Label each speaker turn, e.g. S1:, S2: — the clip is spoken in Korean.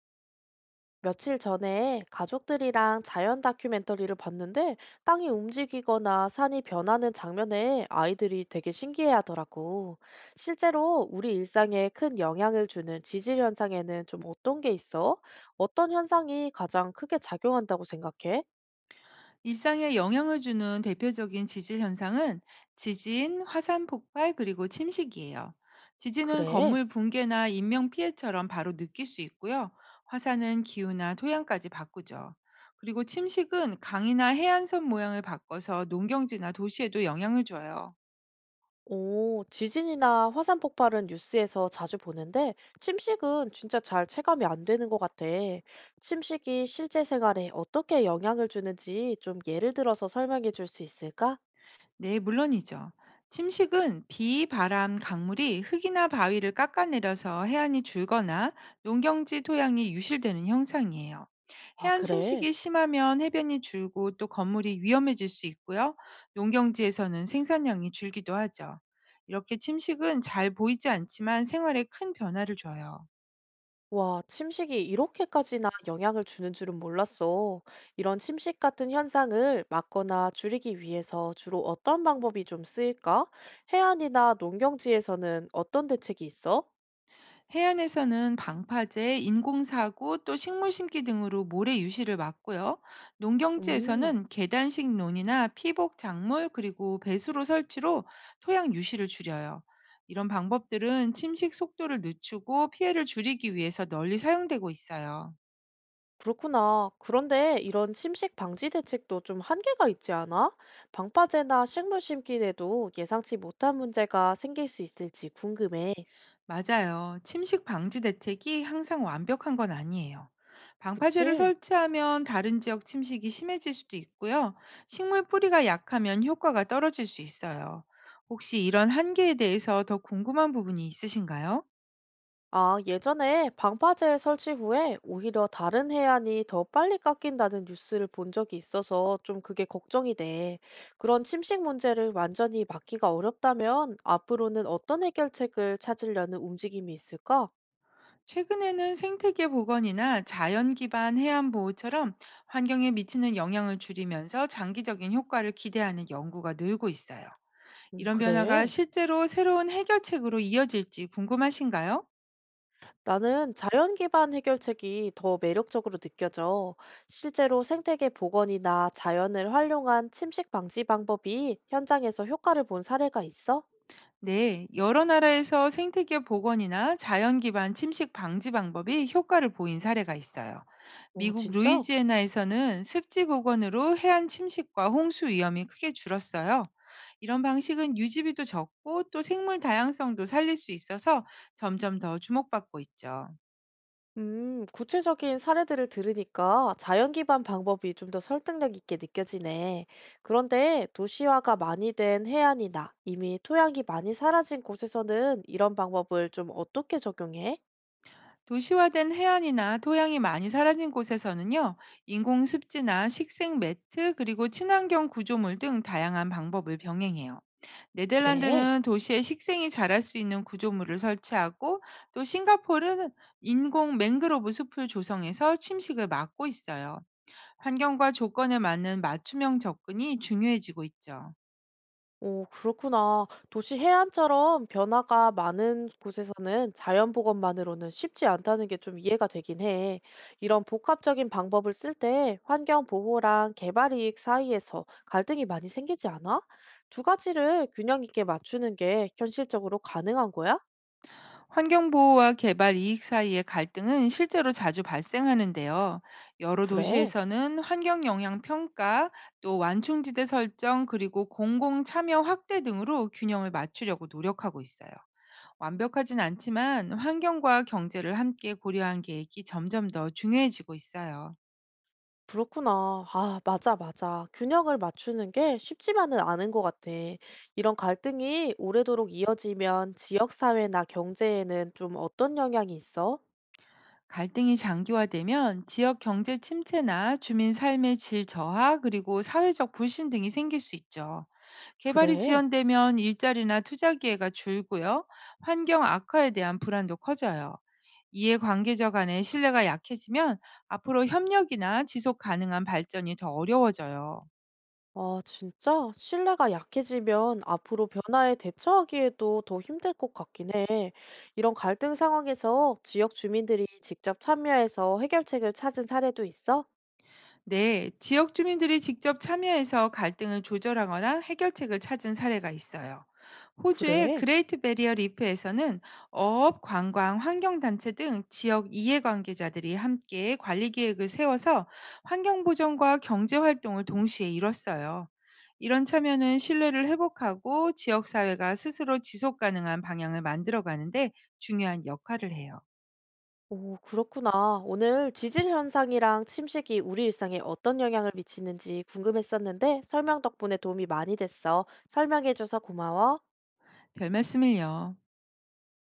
S1: 며칠 전에 가족들이랑 자연 다큐멘터리를 봤는데 땅이 움직이거나 산이 변하는 장면에 아이들이 되게 신기해하더라고. 실제로 우리 일상에 큰 영향을 주는 지질 현상에는 좀 어떤 게 있어? 어떤 현상이 가장 크게 작용한다고 생각해?
S2: 일상에 영향을 주는 대표적인 지질 현상은 지진, 화산 폭발, 그리고 침식이에요. 지진은
S1: 그래.
S2: 건물 붕괴나 인명 피해처럼 바로 느낄 수 있고요. 화산은 기후나 토양까지 바꾸죠. 그리고 침식은 강이나 해안선 모양을 바꿔서 농경지나 도시에도 영향을 줘요.
S1: 오, 지진이나 화산 폭발은 뉴스에서 자주 보는데 침식은 진짜 잘 체감이 안 되는 것 같아. 침식이 실제 생활에 어떻게 영향을 주는지 좀 예를 들어서 설명해 줄 수 있을까?
S2: 네, 물론이죠. 침식은 비, 바람, 강물이 흙이나 바위를 깎아내려서 해안이 줄거나 농경지 토양이 유실되는 형상이에요.
S1: 아,
S2: 해안
S1: 그래.
S2: 침식이 심하면 해변이 줄고 또 건물이 위험해질 수 있고요. 농경지에서는 생산량이 줄기도 하죠. 이렇게 침식은 잘 보이지 않지만 생활에 큰 변화를 줘요.
S1: 와, 침식이 이렇게까지나 영향을 주는 줄은 몰랐어. 이런 침식 같은 현상을 막거나 줄이기 위해서 주로 어떤 방법이 좀 쓰일까? 해안이나 농경지에서는 어떤 대책이 있어?
S2: 해안에서는 방파제, 인공사고 또 식물 심기 등으로 모래 유실을 막고요.
S1: 음.
S2: 농경지에서는 계단식 논이나 피복 작물 그리고 배수로 설치로 토양 유실을 줄여요. 이런 방법들은 침식 속도를 늦추고 피해를 줄이기 위해서 널리 사용되고 있어요.
S1: 그렇구나. 그런데 이런 침식 방지 대책도 좀 한계가 있지 않아? 방파제나 식물 심기에도 예상치 못한 문제가 생길 수 있을지 궁금해.
S2: 맞아요. 침식 방지 대책이 항상 완벽한 건 아니에요. 방파제를
S1: 그치?
S2: 설치하면 다른 지역 침식이 심해질 수도 있고요. 식물 뿌리가 약하면 효과가 떨어질 수 있어요. 혹시 이런 한계에 대해서 더 궁금한 부분이 있으신가요?
S1: 아, 예전에 방파제 설치 후에 오히려 다른 해안이 더 빨리 깎인다는 뉴스를 본 적이 있어서 좀 그게 걱정이 돼. 그런 침식 문제를 완전히 막기가 어렵다면 앞으로는 어떤 해결책을 찾으려는 움직임이 있을까?
S2: 최근에는 생태계 복원이나 자연 기반 해안 보호처럼 환경에 미치는 영향을 줄이면서 장기적인 효과를 기대하는 연구가 늘고 있어요. 이런 변화가
S1: 그래.
S2: 실제로 새로운 해결책으로 이어질지 궁금하신가요?
S1: 나는 자연 기반 해결책이 더 매력적으로 느껴져. 실제로 생태계 복원이나 자연을 활용한 침식 방지 방법이 현장에서 효과를 본 사례가 있어?
S2: 네, 여러 나라에서 생태계 복원이나 자연 기반 침식 방지 방법이 효과를 보인 사례가 있어요.
S1: 오,
S2: 미국
S1: 진짜?
S2: 루이지애나에서는 습지 복원으로 해안 침식과 홍수 위험이 크게 줄었어요. 이런 방식은 유지비도 적고 또 생물 다양성도 살릴 수 있어서 점점 더 주목받고 있죠.
S1: 구체적인 사례들을 들으니까 자연 기반 방법이 좀 더 설득력 있게 느껴지네. 그런데 도시화가 많이 된 해안이나 이미 토양이 많이 사라진 곳에서는 이런 방법을 좀 어떻게 적용해?
S2: 도시화된 해안이나 토양이 많이 사라진 곳에서는요, 인공 습지나 식생 매트 그리고 친환경 구조물 등 다양한 방법을 병행해요.
S1: 그래.
S2: 네덜란드는 도시에 식생이 자랄 수 있는 구조물을 설치하고 또 싱가포르는 인공 맹그로브 숲을 조성해서 침식을 막고 있어요. 환경과 조건에 맞는 맞춤형 접근이 중요해지고 있죠.
S1: 오, 그렇구나. 도시 해안처럼 변화가 많은 곳에서는 자연 복원만으로는 쉽지 않다는 게 좀 이해가 되긴 해. 이런 복합적인 방법을 쓸 때 환경 보호랑 개발 이익 사이에서 갈등이 많이 생기지 않아? 두 가지를 균형 있게 맞추는 게 현실적으로 가능한 거야?
S2: 환경보호와 개발 이익 사이의 갈등은 실제로 자주 발생하는데요. 여러
S1: 그래.
S2: 도시에서는 환경 영향 평가, 또 완충지대 설정, 그리고 공공 참여 확대 등으로 균형을 맞추려고 노력하고 있어요. 완벽하진 않지만 환경과 경제를 함께 고려한 계획이 점점 더 중요해지고 있어요.
S1: 그렇구나. 아, 맞아, 맞아. 균형을 맞추는 게 쉽지만은 않은 것 같아. 이런 갈등이 오래도록 이어지면 지역사회나 경제에는 좀 어떤 영향이 있어?
S2: 갈등이 장기화되면 지역 경제 침체나 주민 삶의 질 저하 그리고 사회적 불신 등이 생길 수 있죠. 개발이
S1: 그래.
S2: 지연되면 일자리나 투자 기회가 줄고요. 환경 악화에 대한 불안도 커져요. 이해 관계자 간의 신뢰가 약해지면 앞으로 협력이나 지속 가능한 발전이 더 어려워져요.
S1: 아, 진짜? 신뢰가 약해지면 앞으로 변화에 대처하기에도 더 힘들 것 같긴 해. 이런 갈등 상황에서 지역 주민들이 직접 참여해서 해결책을 찾은 사례도 있어?
S2: 네, 지역 주민들이 직접 참여해서 갈등을 조절하거나 해결책을 찾은 사례가 있어요. 호주의
S1: 그래.
S2: 그레이트 베리어 리프에서는 어업, 관광, 환경단체 등 지역 이해관계자들이 함께 관리 계획을 세워서 환경보전과 경제활동을 동시에 이뤘어요. 이런 참여는 신뢰를 회복하고 지역사회가 스스로 지속가능한 방향을 만들어가는데 중요한 역할을 해요.
S1: 오, 그렇구나. 오늘 지질 현상이랑 침식이 우리 일상에 어떤 영향을 미치는지 궁금했었는데 설명 덕분에 도움이 많이 됐어. 설명해줘서 고마워.
S2: 별 말씀을요.